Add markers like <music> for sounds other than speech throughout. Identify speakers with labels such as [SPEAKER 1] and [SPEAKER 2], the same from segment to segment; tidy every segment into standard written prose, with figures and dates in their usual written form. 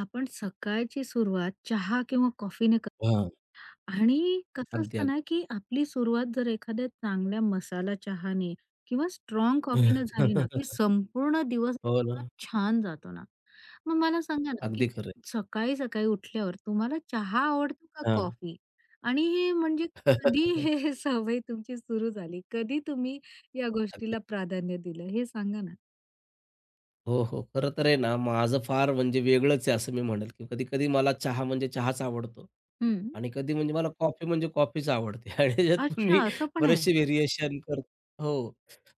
[SPEAKER 1] आपण सकाळची सुरुवात चहा किंवा कॉफीने कर
[SPEAKER 2] हां.
[SPEAKER 1] आणि कसं
[SPEAKER 2] अगदी,
[SPEAKER 1] असतं
[SPEAKER 2] अगदी.
[SPEAKER 1] ना, की आपली सुरुवात जर एखाद्या चांगल्या मसाला चहाने किंवा स्ट्राँग कॉफीने झाली ना, की
[SPEAKER 2] <laughs>
[SPEAKER 1] संपूर्ण दिवस
[SPEAKER 2] हो
[SPEAKER 1] इतका
[SPEAKER 2] ना.
[SPEAKER 1] छान जातो ना. मग मला सांगा ना, की
[SPEAKER 2] अगदी खरं आहे.
[SPEAKER 1] सकाळी-सकाळी उठल्यावर तुम्हाला चहा आवडतो का
[SPEAKER 2] हां.
[SPEAKER 1] कॉफी? आणि हे म्हणजे कधी हे <laughs>
[SPEAKER 2] <laughs>
[SPEAKER 1] हे सवय तुमची सुरू झाली? कधी तुम्ही या
[SPEAKER 2] अगदी.
[SPEAKER 1] गोष्टीला प्राधान्य दिलं हे सांगा ना?
[SPEAKER 2] हो, हो. खरं तर आहे ना, माझं फार म्हणजे वेगळंच आहे असं मी म्हणेल, की कधी-कधी मला चहा म्हणजे चहाच आवडतो
[SPEAKER 1] हं.
[SPEAKER 2] आणि कधी म्हणजे मला कॉफी म्हणजे कॉफीच आवडते <laughs> आणि त्याच्यात पण
[SPEAKER 1] अच्छा,
[SPEAKER 2] मी
[SPEAKER 1] असं पण आहे.
[SPEAKER 2] बरेचसे व्हेरिएशन करतो. हो,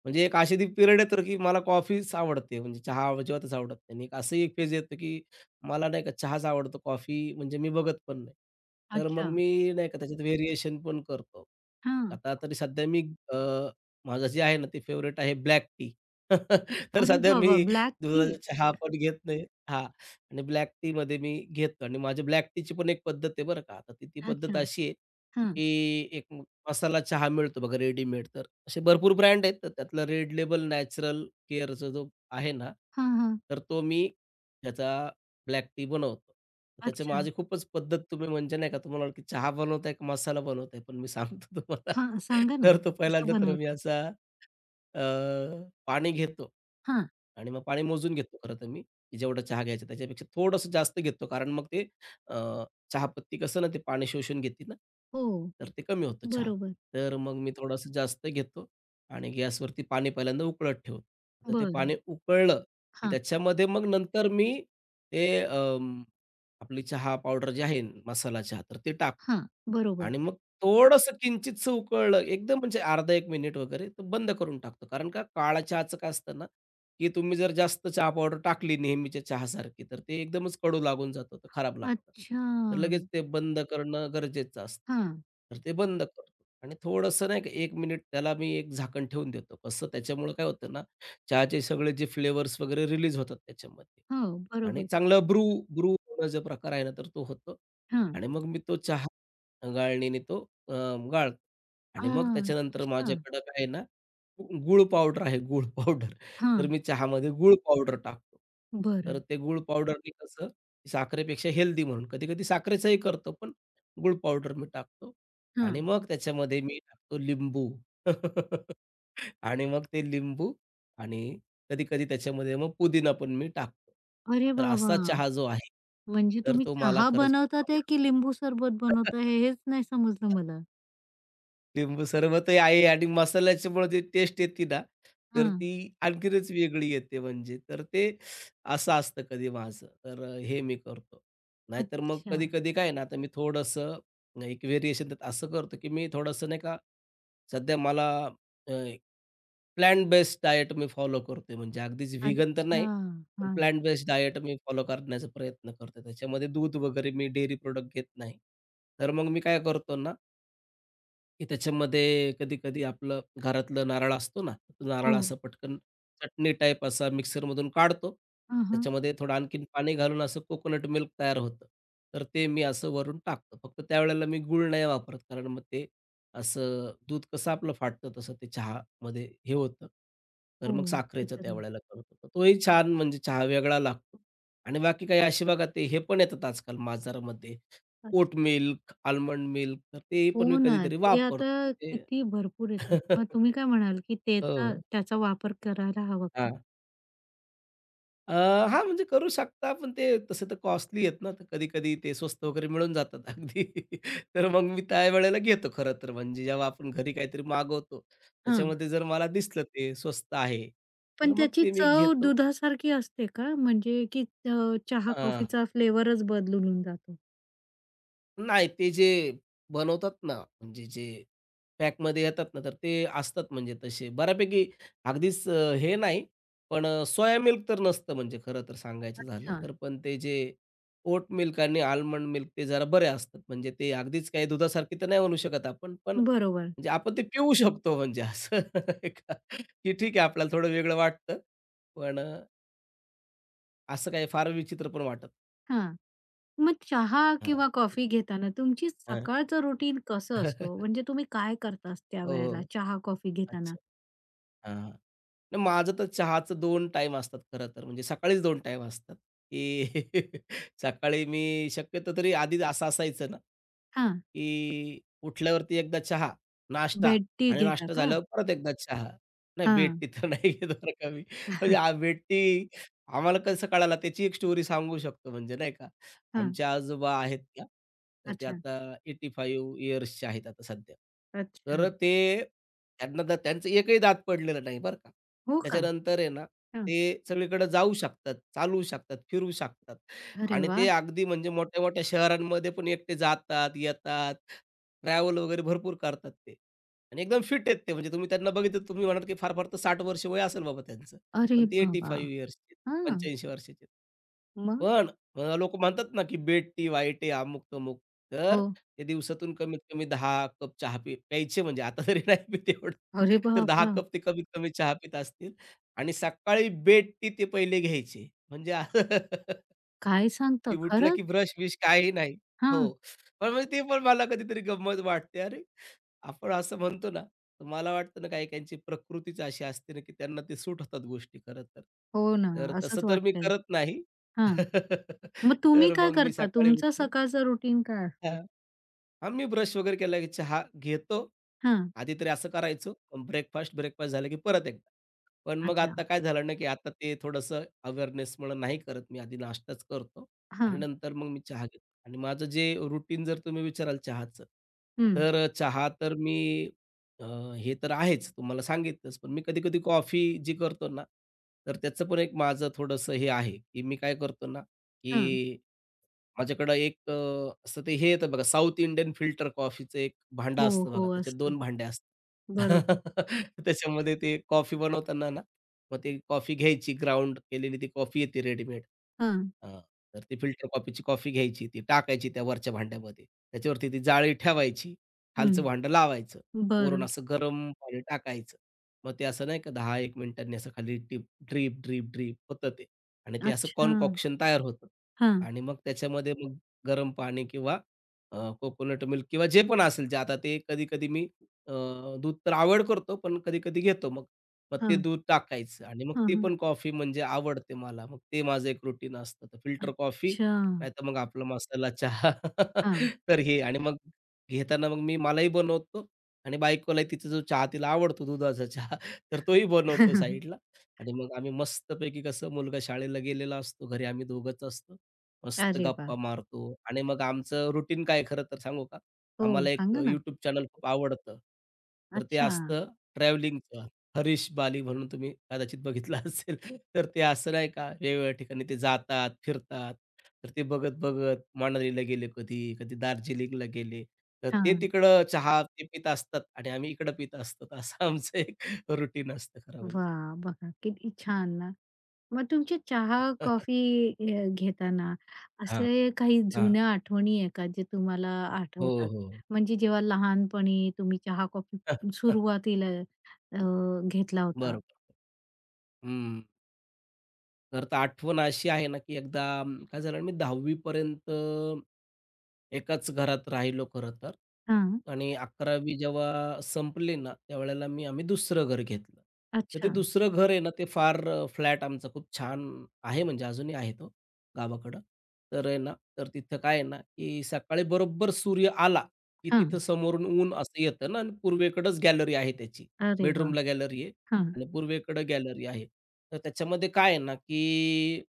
[SPEAKER 2] म्हणजे एक अशी ती पिरियड येतो की मला कॉफीच आवडते म्हणजे चहा अजिबातच आवडत नाही आणि एक असंही एक फेज येतो की मला नाही का चहाच आवडतो, कॉफी म्हणजे मी बघत पण नाही. तर मग
[SPEAKER 1] अच्छा.
[SPEAKER 2] मी नाही का त्याच्यात व्हेरिएशन पण करतो.
[SPEAKER 1] हां.
[SPEAKER 2] आता तरी सध्या मी अ, माझं जे आहे ना ते फेव्हरेट आहे ब्लॅक टी. <laughs> तर
[SPEAKER 1] अरे
[SPEAKER 2] सध्या मी
[SPEAKER 1] बाबा! Black tea?
[SPEAKER 2] दुधाचा चहा पण घेत नाही. हां. आणि ब्लॅक टीमध्ये मी घेतो आणि माझ्या ब्लॅक टीची पण एक पद्धत आहे बरं का. आता ती ती
[SPEAKER 1] अच्छा.
[SPEAKER 2] पद्धत अशी आहे,
[SPEAKER 1] हां.
[SPEAKER 2] की मसाला चहा मिळतो बघा रेडीमेड तर असे भरपूर ब्रँड आहेत. तर त्यातला रेड लेबल नॅचरल केअरचा जो आहे ना,
[SPEAKER 1] हां, हां.
[SPEAKER 2] तर तो मी त्याचा ब्लॅक टी बनवतो. त्याची
[SPEAKER 1] अच्छा.
[SPEAKER 2] माझी खूपच पद्धत तुम्ही म्हणजे नाही का तुम्हाला वाटेल, की चहा बनवताय का मसाला बनवताय? पण मी सांगतो तुम्हाला.
[SPEAKER 1] हां,
[SPEAKER 2] <laughs>
[SPEAKER 1] सांगा ना.
[SPEAKER 2] तर तो
[SPEAKER 1] कसं
[SPEAKER 2] पहिल्यांदा तर मी
[SPEAKER 1] बनवता?
[SPEAKER 2] असा अ, पाणी घेतो.
[SPEAKER 1] हां.
[SPEAKER 2] आणि मग पाणी मोजून घेतो खरं तर मी, की जेवढा चहा घ्यायचा त्याच्यापेक्षा थोडंसं जास्त घेतो. कारण मग ते अ, चहापत्ती कसं ना ते पाणी शोषून घेते ना,
[SPEAKER 1] हो,
[SPEAKER 2] तर ते कमी होतं चहा.
[SPEAKER 1] बरोबर.
[SPEAKER 2] तर मग मी थोडंसं जास्त घेतो आणि गॅसवरती पाणी पहिल्यांदा उकळत ठेवतो. तर ते
[SPEAKER 1] बरं.
[SPEAKER 2] पाणी उकळलं, की
[SPEAKER 1] हां,
[SPEAKER 2] त्याच्यामध्ये मग नंतर मी ते आपली चहा पावडर जी आहे मसाला चहा, तर ते टाकतो
[SPEAKER 1] हां. बरोबर.
[SPEAKER 2] आणि मग थोडंसं किंचितसं उकळलं एकदम म्हणजे अर्धा 1 मिनिट वगैरे, तर बंद करून टाकतो. कारण का काळा चहाचं काय असतं ना की तुम्ही जर जास्त चहा पावडर टाकली नेहमीच्या चहासारखी, तर ते एकदमच कडू लागून जातं, तर खराब लागतं.
[SPEAKER 1] अच्छा.
[SPEAKER 2] तर लगेच ते बंद करणं गरजेचं असतं.
[SPEAKER 1] हां.
[SPEAKER 2] तर ते बंद करतो आणि थोडंसं नाही का 1 मिनिट त्याला मी एक झाकण ठेवून देतो. कसं त्याच्यामुळं काय होतं ना, चहाचे सगळे जे फ्लेवर्स वगैरे रिलीज होतात त्याच्यामध्ये
[SPEAKER 1] हो,
[SPEAKER 2] आणि
[SPEAKER 1] बरोबर.
[SPEAKER 2] चांगलं ब्रू ब्रू जो प्रकार आहे ना, तर तो होतो
[SPEAKER 1] हां.
[SPEAKER 2] आणि मग मी तो चहा गाळणीने तो गाळतो आणि मग त्याच्यानंतर
[SPEAKER 1] अच्छा.
[SPEAKER 2] माझ्याकडं काय आहे ना, गूळ पावडर. तर
[SPEAKER 1] हां.
[SPEAKER 2] मी चहामध्ये गूळ पावडर टाकतो. तर
[SPEAKER 1] बरं.
[SPEAKER 2] ते गूळ पावडरनी कसं साखरेपेक्षा हेल्दी म्हणून कधी-कधी साखरेचंही करतो, पण गूळ पावडर मी टाकतो आणि
[SPEAKER 1] हां.
[SPEAKER 2] मग त्याच्यामध्ये मी टाकतो लिंबू. <laughs> आणि मग ते लिंबू आणि कधी-कधी त्याच्यामध्ये मग पुदिना पण मी टाकतो.
[SPEAKER 1] अरे
[SPEAKER 2] तर
[SPEAKER 1] बाबा!
[SPEAKER 2] असा चहा जो आहे,
[SPEAKER 1] म्हणजे
[SPEAKER 2] तर
[SPEAKER 1] तुम्ही
[SPEAKER 2] तो मला
[SPEAKER 1] चहा
[SPEAKER 2] खरंच खूप
[SPEAKER 1] बनवतात आहे की
[SPEAKER 2] आवडतो.
[SPEAKER 1] लिंबू सरबत बनवता आहे हेच नाही समजलं मला.
[SPEAKER 2] लिंबू सरबत ही आहे आणि मसाल्याच्यामुळे जी टेस्ट येते ना, तर
[SPEAKER 1] हां.
[SPEAKER 2] ती आणखीनच वेगळी येते म्हणजे. तर ते असं असतं कधी माझं. तर हे मी करतो. नाहीतर मग
[SPEAKER 1] अच्छा.
[SPEAKER 2] कधी-कधी काय ना, आता मी थोडंसं एक व्हेरिएशन त्यात असं करतो, की मी थोडंसं नाही का, सध्या मला अ, बेस्ड डायट मी फॉलो करतोय. म्हणजे अगदीच व्हीगन तर
[SPEAKER 1] अच्छा.
[SPEAKER 2] नाही, पण
[SPEAKER 1] हां.
[SPEAKER 2] प्लांट बेस्ड डायट मी फॉलो करण्याचा प्रयत्न करतो. त्याच्यामध्ये दूध वगैरे मी डेअरी प्रॉडक्ट घेत नाही. तर मग मी काय करतो ना की त्याच्यामध्ये कधी-कधी आपलं घरातलं नारळ असतो ना, तो
[SPEAKER 1] हो.
[SPEAKER 2] नारळ असा पटकन चटणी टाईप असा मिक्सरमधून काढतो.
[SPEAKER 1] हां, हां.
[SPEAKER 2] त्याच्यामध्ये थोडं आणखीन पाणी घालून असं कोकोनट मिल्क तयार होतं. तर ते मी असं वरून टाकतो. फक्त त्यावेळेला मी गूळ नाही वापरत, कारण मग ते असं दूध कसं आपलं फाटतं तसं ते चहामध्ये हे होतं. तर
[SPEAKER 1] हो,
[SPEAKER 2] मग
[SPEAKER 1] ते
[SPEAKER 2] साखरेचं
[SPEAKER 1] तर आहे.
[SPEAKER 2] त्यावेळेला करतो. तर तोही छान म्हणजे चहा वेगळा लागतो आणि बाकी काही असे बघा ते हे पण येतात आजकाल बाजारामध्ये ओट
[SPEAKER 1] अच्छा.
[SPEAKER 2] मिल्क, आल्मंड मिल्क तर ते पण मी
[SPEAKER 1] हो ना.
[SPEAKER 2] कधीतरी
[SPEAKER 1] ते आता
[SPEAKER 2] वापरतो. पण ते.
[SPEAKER 1] किती भरपूर येतात. मग
[SPEAKER 2] <laughs>
[SPEAKER 1] तुम्ही काय म्हणाल, की ते तर
[SPEAKER 2] हो.
[SPEAKER 1] त्याचा वापर करायला हवा का?
[SPEAKER 2] हां. अ, हां, म्हणजे करू शकता, पण ते तसे तर कॉस्टली आहेत ना, तर कधी-कधी ते स्वस्त वगैरे मिळून जातात अगदी. <laughs> तर मग मी त्यावेळेला घेतो खरं तर म्हणजे जेव्हा आपण घरी काहीतरी मागवतो,
[SPEAKER 1] हां.
[SPEAKER 2] त्याच्यामध्ये जर मला दिसलं ते स्वस्त आहे, तर
[SPEAKER 1] पण
[SPEAKER 2] मग
[SPEAKER 1] त्याची
[SPEAKER 2] ते मी
[SPEAKER 1] चव
[SPEAKER 2] घेतो.
[SPEAKER 1] दुधासारखी असते का? म्हणजे की चहा, कॉफीचा फ्लेवरच बदलून होऊन जातो?
[SPEAKER 2] नाही, ते जे बनवतात ना, म्हणजे जे पॅकमध्ये येतात ना, तर ते असतात म्हणजे तसे बऱ्यापैकी अगदीच हे नाही, पण सोया मिल्क तर नसतं म्हणजे खरं तर सांगायचं झालं
[SPEAKER 1] अच्छा.
[SPEAKER 2] तर. पण ते जे ओट मिल्क आणि आल्मंड मिल्क ते जरा बरे असतात. म्हणजे ते अगदीच काही दुधासारखी तर नाही म्हणू शकत आपण, पण
[SPEAKER 1] बरोबर.
[SPEAKER 2] म्हणजे आपण ते पिऊ शकतो म्हणजे असं <laughs> एका की ठीक आहे आपल्याला थोडं वेगळं वाटतं, पण असं काही फार विचित्र पण वाटत.
[SPEAKER 1] हां. मग चहा
[SPEAKER 2] हां.
[SPEAKER 1] किंवा कॉफी घेताना तुमची
[SPEAKER 2] हां.
[SPEAKER 1] सकाळचं रुटीन कसं असतो? म्हणजे
[SPEAKER 2] <laughs>
[SPEAKER 1] तुम्ही काय करता त्यावेळेला
[SPEAKER 2] हो.
[SPEAKER 1] चहा, कॉफी घेताना?
[SPEAKER 2] अच्छा. हां, नाही माझं तर चहाचं 2 टाईम असतात खरं तर. म्हणजे सकाळीच 2 टाईम असतात, की <laughs> सकाळी मी शक्यतो तरी आधी असं असायचं ना,
[SPEAKER 1] हां.
[SPEAKER 2] की उठल्यावरती एकदा चहा, नाश्ता
[SPEAKER 1] बेड टी
[SPEAKER 2] आणि
[SPEAKER 1] घेता
[SPEAKER 2] नाश्ता
[SPEAKER 1] का?
[SPEAKER 2] झाल्यावर परत एकदा चहा. नाही बेड
[SPEAKER 1] हां,
[SPEAKER 2] टी तर नाही घेत बरं का मी. म्हणजे बेड टी आम्हाला कसं कळाला त्याची एक स्टोरी सांगू शकतो म्हणजे नाही का.
[SPEAKER 1] हां.
[SPEAKER 2] आमचे आजोबा आहेत त्या, तर ते
[SPEAKER 1] अच्छा,
[SPEAKER 2] आता 85 इयर्सचे आहेत आता सध्या.
[SPEAKER 1] अच्छा.
[SPEAKER 2] तर ते त्यांना दा त्यांचं एकही दात पडलेलं नाही बरं का.
[SPEAKER 1] हो का?
[SPEAKER 2] त्याच्यानंतर आहे ना,
[SPEAKER 1] हां.
[SPEAKER 2] ते सगळीकडे जाऊ शकतात, चालू शकतात, फिरू शकतात
[SPEAKER 1] अरे
[SPEAKER 2] आणि ते
[SPEAKER 1] वाह!
[SPEAKER 2] अगदी म्हणजे मोठ्या-मोठ्या शहरांमध्ये पण एकटे जातात, येतात, ट्रॅव्हल वगैरे भरपूर करतात ते आणि एकदम फिट आहेत ते. म्हणजे तुम्ही त्यांना बघितलं तर तुम्ही म्हणाल, की फार-फार तर 60 वर्ष वय असेल बाबा त्यांचं.
[SPEAKER 1] अरे
[SPEAKER 2] पण ते
[SPEAKER 1] बाबा!
[SPEAKER 2] 85 इयर्सचे आहेत,
[SPEAKER 1] हां,
[SPEAKER 2] 85 वर्षाचे
[SPEAKER 1] मग?
[SPEAKER 2] पण लोक म्हणतात ना, की बेड टी, व्हाईट टी, अमुक-तमुक. तर
[SPEAKER 1] हो.
[SPEAKER 2] ते दिवसातून कमीत कमी 10 कप चहा प्यायचे म्हणजे आता तरी नाही <laughs> पीत एवढं.
[SPEAKER 1] अरे
[SPEAKER 2] तर दहा
[SPEAKER 1] बाबा!
[SPEAKER 2] कप ते कमीत कमी चहा पीत असतील आणि सकाळी बेड टी ते पहिले घ्यायचे. म्हणजे असं
[SPEAKER 1] काय
[SPEAKER 2] की
[SPEAKER 1] सांगता?
[SPEAKER 2] उठलं
[SPEAKER 1] खरंच?
[SPEAKER 2] की ब्रश-बिश काही नाही.
[SPEAKER 1] हां.
[SPEAKER 2] हो. पण म्हणजे ते पण मला कधीतरी गंमत वाटते. अरे, आपण असं म्हणतो ना, तर मला वाटतं ना काही-काहींची प्रकृतीच अशी असते ना, की त्यांना ते सूट होतात गोष्टी खरं तर.
[SPEAKER 1] हो ना,
[SPEAKER 2] तर तसं
[SPEAKER 1] असंच
[SPEAKER 2] तर मी
[SPEAKER 1] वाटतंय.
[SPEAKER 2] करत नाही.
[SPEAKER 1] हां.
[SPEAKER 2] <laughs>
[SPEAKER 1] मग तुम्ही
[SPEAKER 2] तर
[SPEAKER 1] काय
[SPEAKER 2] मग मी
[SPEAKER 1] करता?
[SPEAKER 2] सकाळी
[SPEAKER 1] तुमचं
[SPEAKER 2] उठलो.
[SPEAKER 1] सकाळचं रुटीन काय असतं?
[SPEAKER 2] हां. हां, मी ब्रश वगैरे केला की चहा घेतो.
[SPEAKER 1] हां.
[SPEAKER 2] आधी तरी असं करायचो. ब्रेकफास्ट ब्रेकफास्ट झाला की परत एकदा. पण मग
[SPEAKER 1] अच्छा.
[SPEAKER 2] आता काय झालं ना, की आता ते थोडंसं अवेअरनेस म्हणून नाही करत मी. आधी नाश्ताच करतो आणि
[SPEAKER 1] हां.
[SPEAKER 2] नंतर मग मी चहा घेतो. आणि माझं जे रुटीन जर तुम्ही विचाराल चहाचं,
[SPEAKER 1] हं.
[SPEAKER 2] तर चहा तर मी अ, हे तर आहेच तुम्हाला सांगितलंच. पण मी कधी-कधी कॉफी जी करतो ना, तर त्याचं पण एक माझं थोडंसं हे आहे, की मी काय करतो ना, की
[SPEAKER 1] हां.
[SPEAKER 2] माझ्याकडं असं ते हे येतं बघा, साउथ इंडियन फिल्टर कॉफीचं एक भांडं
[SPEAKER 1] हो,
[SPEAKER 2] असतं बघा,
[SPEAKER 1] हो.
[SPEAKER 2] त्याच्यात
[SPEAKER 1] असतं.
[SPEAKER 2] 2 भांडे असतात.
[SPEAKER 1] बरोबर.
[SPEAKER 2] <laughs> त्याच्यामध्ये ते कॉफी बनवताना ना, मग ती कॉफी घ्यायची ग्राउंड केलेली ती कॉफी येते रेडीमेड.
[SPEAKER 1] हां.
[SPEAKER 2] तर ती फिल्टर कॉफीची कॉफी घ्यायची, ती टाकायची त्या वरच्या भांड्यामध्ये. त्याच्यावरती ती जाळी ठेवायची,
[SPEAKER 1] हं.
[SPEAKER 2] खालचं भांडं लावायचं, वरून
[SPEAKER 1] बरं.
[SPEAKER 2] असं गरम पाणी टाकायचं. मग ते असं नाही का 10-1 मिनिटांनी असं खाली टिप ड्रिप, ड्रिप, ड्रिप होतं ते आणि ते असं
[SPEAKER 1] अच्छा.
[SPEAKER 2] कॉन्कॉक्शन तयार होतं.
[SPEAKER 1] हां.
[SPEAKER 2] आणि मग त्याच्यामध्ये मग गरम पाणी किंवा कोकोनट मिल्क किंवा जे पण असेल, जे आता ते कधी-कधी मी अ, दूध तर आवड करतो, पण कधी-कधी घेतो मग. मग ते
[SPEAKER 1] हां.
[SPEAKER 2] दूध टाकायचं आणि मग
[SPEAKER 1] हां,
[SPEAKER 2] ती
[SPEAKER 1] हां.
[SPEAKER 2] पण कॉफी म्हणजे आवडते मला. मग ते माझं एक रुटीन असतं. तर फिल्टर कॉफी,
[SPEAKER 1] अच्छा.
[SPEAKER 2] नाहीतर मग आपला मसाला चहा.
[SPEAKER 1] हां.
[SPEAKER 2] <laughs> तर हे आणि मग घेताना मग मी मलाही बनवतो आणि बायकोलाही तिचा जो चहा तिला आवडतो दुधाचा चहा, <laughs> तर तोही बनवतो साईडला
[SPEAKER 1] <laughs>
[SPEAKER 2] आणि मग आम्ही मस्तपैकी कसं मुलगा शाळेला गेलेला असतो, घरी आम्ही दोघंच असतो. मस्त
[SPEAKER 1] अरे
[SPEAKER 2] गप्पा
[SPEAKER 1] वाह!
[SPEAKER 2] मारतो आणि मग आमचं रुटीन काय खरं तर सांगू का?
[SPEAKER 1] हो,
[SPEAKER 2] आम्हाला
[SPEAKER 1] सांगा ना.
[SPEAKER 2] YouTube चॅनल खूप आवडतं. तर ते
[SPEAKER 1] अच्छा.
[SPEAKER 2] असतं ट्रॅव्हलिंगचं. हरीश बाली म्हणून तुम्ही कदाचित बघितलं <laughs> असेल. तर ते असं नाही का वेगवेगळ्या ठिकाणी ते जातात, फिरतात. तर ते बघत-बघत मनालीला गेले कधी, कधी दार्जिलिंगला गेले. तर ते
[SPEAKER 1] हां.
[SPEAKER 2] तिकडं चहा ते पीत असतात आणि आम्ही इकडं पीत असतात. असं आमचं एक रुटीन असतं खरं म्हणजे.
[SPEAKER 1] वाह! बघा किती छान ना. मग तुमची चहा,
[SPEAKER 2] <laughs>
[SPEAKER 1] कॉफी घेताना
[SPEAKER 2] हां,
[SPEAKER 1] असे काही
[SPEAKER 2] हां.
[SPEAKER 1] जुन्या आठवणी आहे का जे तुम्हाला
[SPEAKER 2] हो,
[SPEAKER 1] आठवतात?
[SPEAKER 2] हो.
[SPEAKER 1] म्हणजे जेव्हा लहानपणी तुम्ही चहा, कॉफी
[SPEAKER 2] <laughs>
[SPEAKER 1] सुरुवातीला अ, घेतला होता?
[SPEAKER 2] बरोबर. हं. तर तर आठवण अशी आहे ना, की एकदा काय झालं ना, मी 10वी पर्यंत एकाच घरात राहिलो खरं तर
[SPEAKER 1] हां.
[SPEAKER 2] आणि 11वी जेव्हा संपली ना, त्यावेळेला मी आम्ही दुसरं घर घेतलं. तर ते
[SPEAKER 1] अच्छा.
[SPEAKER 2] दुसरं घर आहे ना, ते फार फ्लॅट आमचा खूप छान आहे म्हणजे अजूनही आहे तो गावाकडं. तर आहे ना, तर तिथं काय आहे ना, की सकाळी बरोबर सूर्य आला, की तिथं
[SPEAKER 1] हां.
[SPEAKER 2] समोरून ऊन असं येतं ना आणि पूर्वेकडंच गॅलरी आहे त्याची.
[SPEAKER 1] अरे वाह!
[SPEAKER 2] बेडरूमला गॅलरी आहे.
[SPEAKER 1] हां.
[SPEAKER 2] आणि पूर्वेकडे गॅलरी आहे. तर त्याच्यामध्ये काय आहे ना, की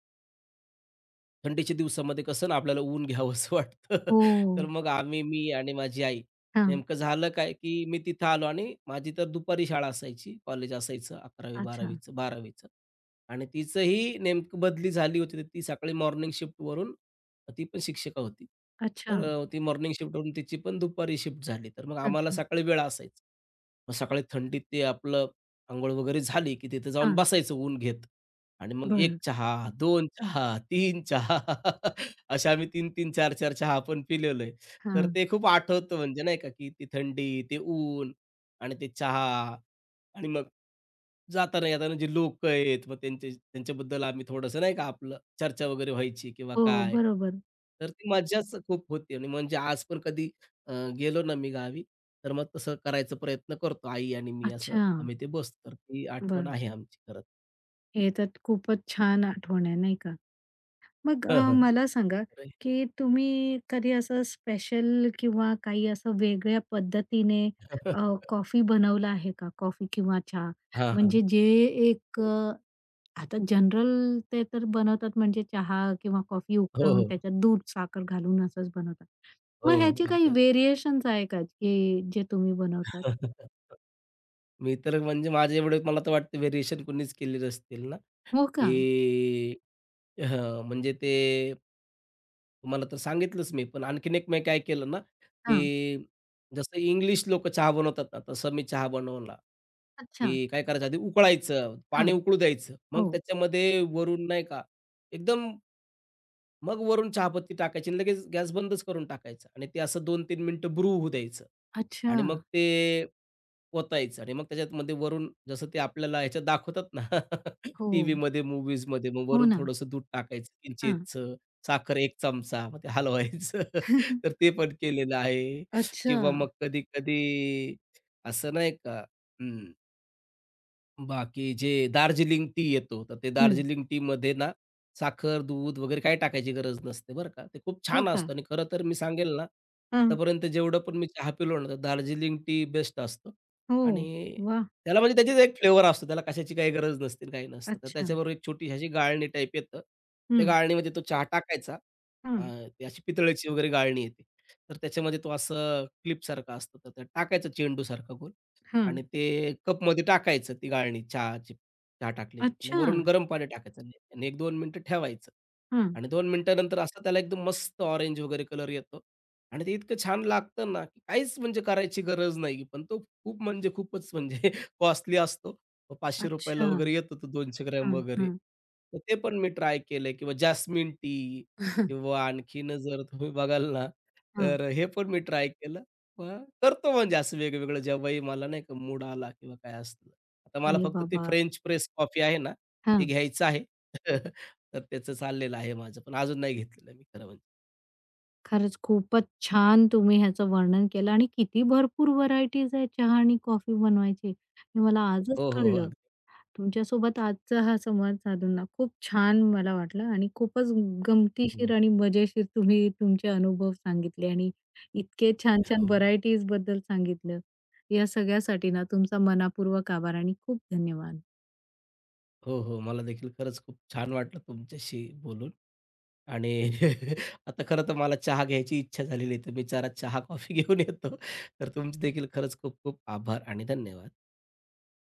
[SPEAKER 2] थंडीच्या दिवसामध्ये कसं ना आपल्याला ऊन घ्यावंसं वाटतं. <laughs>
[SPEAKER 1] हो.
[SPEAKER 2] तर मग आम्ही मी आणि माझी आई.
[SPEAKER 1] हां.
[SPEAKER 2] नेमकं झालं काय, की मी तिथं आलो आणि माझी तर दुपारी शाळा असायची, कॉलेज असायचं
[SPEAKER 1] अच्छा,
[SPEAKER 2] 11वी-12वीचं 12वीचं आणि तिचंही नेमकं बदली झाली होती. तर ती सकाळी मॉर्निंग शिफ्टवरून ती पण शिक्षिका होती.
[SPEAKER 1] अच्छा,
[SPEAKER 2] तर ती मॉर्निंग शिफ्टवरून तिची पण दुपारी शिफ्ट झाली. तर मग आम्हाला
[SPEAKER 1] अच्छा.
[SPEAKER 2] सकाळी वेळ असायचा. मग सकाळी थंडीत ते आपलं अंघोळ वगैरे झाली, की तिथे जाऊन
[SPEAKER 1] हां.
[SPEAKER 2] बसायचं ऊन घेत. आणि मग 1
[SPEAKER 1] बरं.
[SPEAKER 2] चहा, 2 चहा, 3 चहा <laughs> असे आम्ही 3 4 चहा पण पिलेलोय. तर
[SPEAKER 1] हां.
[SPEAKER 2] ते खूप आठवतं म्हणजे नाही का, की ती थंडी, ते ऊन आणि ते चहा आणि मग जाताना येताना जे लोकं आहेत, मग त्यांचे त्यांच्याबद्दल आम्ही थोडंसं नाही का आपलं चर्चा वगैरे व्हायची किंवा
[SPEAKER 1] हो,
[SPEAKER 2] काय.
[SPEAKER 1] बरोबर.
[SPEAKER 2] तर ती मज्जाच खूप होती आणि म्हणजे आज पण कधी अ, गेलो ना मी गावी, तर मग तसं करायचा प्रयत्न करतो आई आणि मी असं
[SPEAKER 1] अच्छा.
[SPEAKER 2] आम्ही ते बसतो. तर ती आठवण
[SPEAKER 1] बरं.
[SPEAKER 2] आहे आमची खरंच.
[SPEAKER 1] हे तर खूपच छान आठवण आहे, नाही का? मग मला सांगा,
[SPEAKER 2] <laughs>
[SPEAKER 1] की तुम्ही कधी असं स्पेशल किंवा काही असं वेगळ्या पद्धतीने अ, कॉफी बनवला आहे का? कॉफी किंवा चहा?
[SPEAKER 2] हां, हां.
[SPEAKER 1] म्हणजे जे एक आता जनरल ते तर बनवतात म्हणजे चहा किंवा कॉफी
[SPEAKER 2] हो,
[SPEAKER 1] उकळवून
[SPEAKER 2] हो.
[SPEAKER 1] त्याच्यात दूध, साखर घालून असंच बनवतात.
[SPEAKER 2] हो,
[SPEAKER 1] मग
[SPEAKER 2] हो.
[SPEAKER 1] ह्याचे काही
[SPEAKER 2] अगदी, अगदी.
[SPEAKER 1] व्हेरिएशन्स आहे का, की जे तुम्ही बनवतात?
[SPEAKER 2] <laughs> मी तर म्हणजे माझे एवढे मला तर वाटतं व्हेरिएशन कोणीच केले नसतील ना,
[SPEAKER 1] हो का?
[SPEAKER 2] की हां, म्हणजे ते तुम्हाला तर सांगितलंच मी. पण आणखीन एक मी काय केलं ना,
[SPEAKER 1] हां.
[SPEAKER 2] की जसं इंग्लिश लोकं चहा बनवतात ना, तसं मी चहा बनवला,
[SPEAKER 1] अच्छा.
[SPEAKER 2] की काय करायचं आधी उकळायचं,
[SPEAKER 1] हां.
[SPEAKER 2] पाणी उकळू द्यायचं. मग
[SPEAKER 1] हो.
[SPEAKER 2] त्याच्यामध्ये वरून नाही का एकदम मग वरून चहापत्ती टाकायची आणि लगेच गॅस बंदच करून टाकायचा आणि ते असं 2-3 मिनिटं ब्रू होऊ द्यायचं
[SPEAKER 1] अच्छा.
[SPEAKER 2] आणि मग ते ओतायचं आणि मग त्याच्यामध्ये वरून जसं ते आपल्याला ह्याच्यात दाखवतात ना <laughs>
[SPEAKER 1] हो.
[SPEAKER 2] टीव्हीमध्ये, मूव्हीजमध्ये मग
[SPEAKER 1] हो
[SPEAKER 2] वरून
[SPEAKER 1] ना.
[SPEAKER 2] थोडंसं दूध टाकायचं
[SPEAKER 1] हां.
[SPEAKER 2] किंचितसं, साखर 1 चमचा, मग ते हलवायचं. <laughs> तर ते पण केलेलं आहे
[SPEAKER 1] अच्छा.
[SPEAKER 2] किंवा मग कधी-कधी असं नाही का बाकी जे दार्जिलिंग टी येतो, तर ते
[SPEAKER 1] हं.
[SPEAKER 2] दार्जिलिंग टीमध्ये ना साखर, दूध वगैरे काही टाकायची गरज नसते बरं का. ते खूप
[SPEAKER 1] हो
[SPEAKER 2] छान
[SPEAKER 1] का?
[SPEAKER 2] असतं आणि खरं तर मी सांगेल ना,
[SPEAKER 1] हां.
[SPEAKER 2] आतापर्यंत जेवढं पण मी चहा पिलो ना, तर दार्जिलिंग टी बेस्ट असतो
[SPEAKER 1] हो.
[SPEAKER 2] आणि
[SPEAKER 1] वाह!
[SPEAKER 2] त्याला म्हणजे त्याचीच एक फ्लेवर असतो. त्याला कशाची काही गरज नसते काही नसतं. तर
[SPEAKER 1] अच्छा.
[SPEAKER 2] त्याच्याबरोबर एक छोटी अशी गाळणी टाईप येतं. त्या
[SPEAKER 1] हं,
[SPEAKER 2] गाळणीमध्ये तो चहा टाकायचा. अ,
[SPEAKER 1] हं,
[SPEAKER 2] ती अशी पितळेची वगैरे गाळणी येते. तर त्याच्यामध्ये तो असं क्लिपसारखा असतो. तर त्यात टाकायचा चेंडूसारखा गोल
[SPEAKER 1] हं.
[SPEAKER 2] आणि ते कपमध्ये टाकायचं ती गाळणी चहाची चहा टाकलेली आणि
[SPEAKER 1] अच्छा.
[SPEAKER 2] वरून गरम पाणी टाकायचं आणि आणि 1-2 मिनिटं ठेवायचं
[SPEAKER 1] हं.
[SPEAKER 2] आणि 2 मिनिटानंतर असं त्याला एकदम मस्त ऑरेंज वगैरे कलर येतो आणि ते इतकं छान लागतं ना, की काहीच म्हणजे करायची गरज नाही. पण तो खूप म्हणजे खूपच म्हणजे <laughs> कॉस्टली असतो. तो ₹500 ला
[SPEAKER 1] अच्छा.
[SPEAKER 2] वगैरे येतो तो 200 ग्रॅम
[SPEAKER 1] हं,
[SPEAKER 2] वगैरे.
[SPEAKER 1] हं.
[SPEAKER 2] तर ते पण मी ट्राय केलंय किंवा जास्मिन टी
[SPEAKER 1] <laughs>
[SPEAKER 2] किंवा आणखीन जर तुम्ही बघाल ना,
[SPEAKER 1] हं.
[SPEAKER 2] तर हे पण मी ट्राय केलं मग करतो म्हणजे असं वेगवेगळं जेव्हाही मला नाही का मूड आला किंवा काय असलं. आता मला
[SPEAKER 1] अरे
[SPEAKER 2] फक्त ते
[SPEAKER 1] बाबा!
[SPEAKER 2] फ्रेंच प्रेस कॉफी आहे ना, ते
[SPEAKER 1] हां.
[SPEAKER 2] घ्यायचं आहे. <laughs> तर त्याचं चाललेलं आहे माझं, पण अजून नाही घेतलेलं मी खरं म्हणजे.
[SPEAKER 1] खरंच खूपच छान तुम्ही ह्याचं वर्णन केलं आणि किती भरपूर व्हरायटीज आहे चहा आणि कॉफी बनवायची. हे मला आजच
[SPEAKER 2] हो, हो, हो.
[SPEAKER 1] कळलं.
[SPEAKER 2] अगदी.
[SPEAKER 1] तुमच्यासोबत आजचा हा संवाद साधून ना खूप छान मला वाटलं आणि खूपच गमतीशीर
[SPEAKER 2] हो,
[SPEAKER 1] आणि मजेशीर तुम्ही तुमचे अनुभव सांगितले आणि इतके छान छान
[SPEAKER 2] हो.
[SPEAKER 1] व्हरायटीज बद्दल सांगितलं. या सगळ्यासाठी ना तुमचा मनापूर्वक आभार आणि खूप धन्यवाद.
[SPEAKER 2] हो, हो. मला देखील खरंच खूप छान वाटलं तुमच्याशी बोलून आणि <laughs> आता खरं तर मला चहा घ्यायची इच्छा झालेली आहे, तर मी जरा चहा कॉफी <laughs> घेऊन येतो. तर तुमचे देखील खरंच खूप खूप आभार आणि धन्यवाद.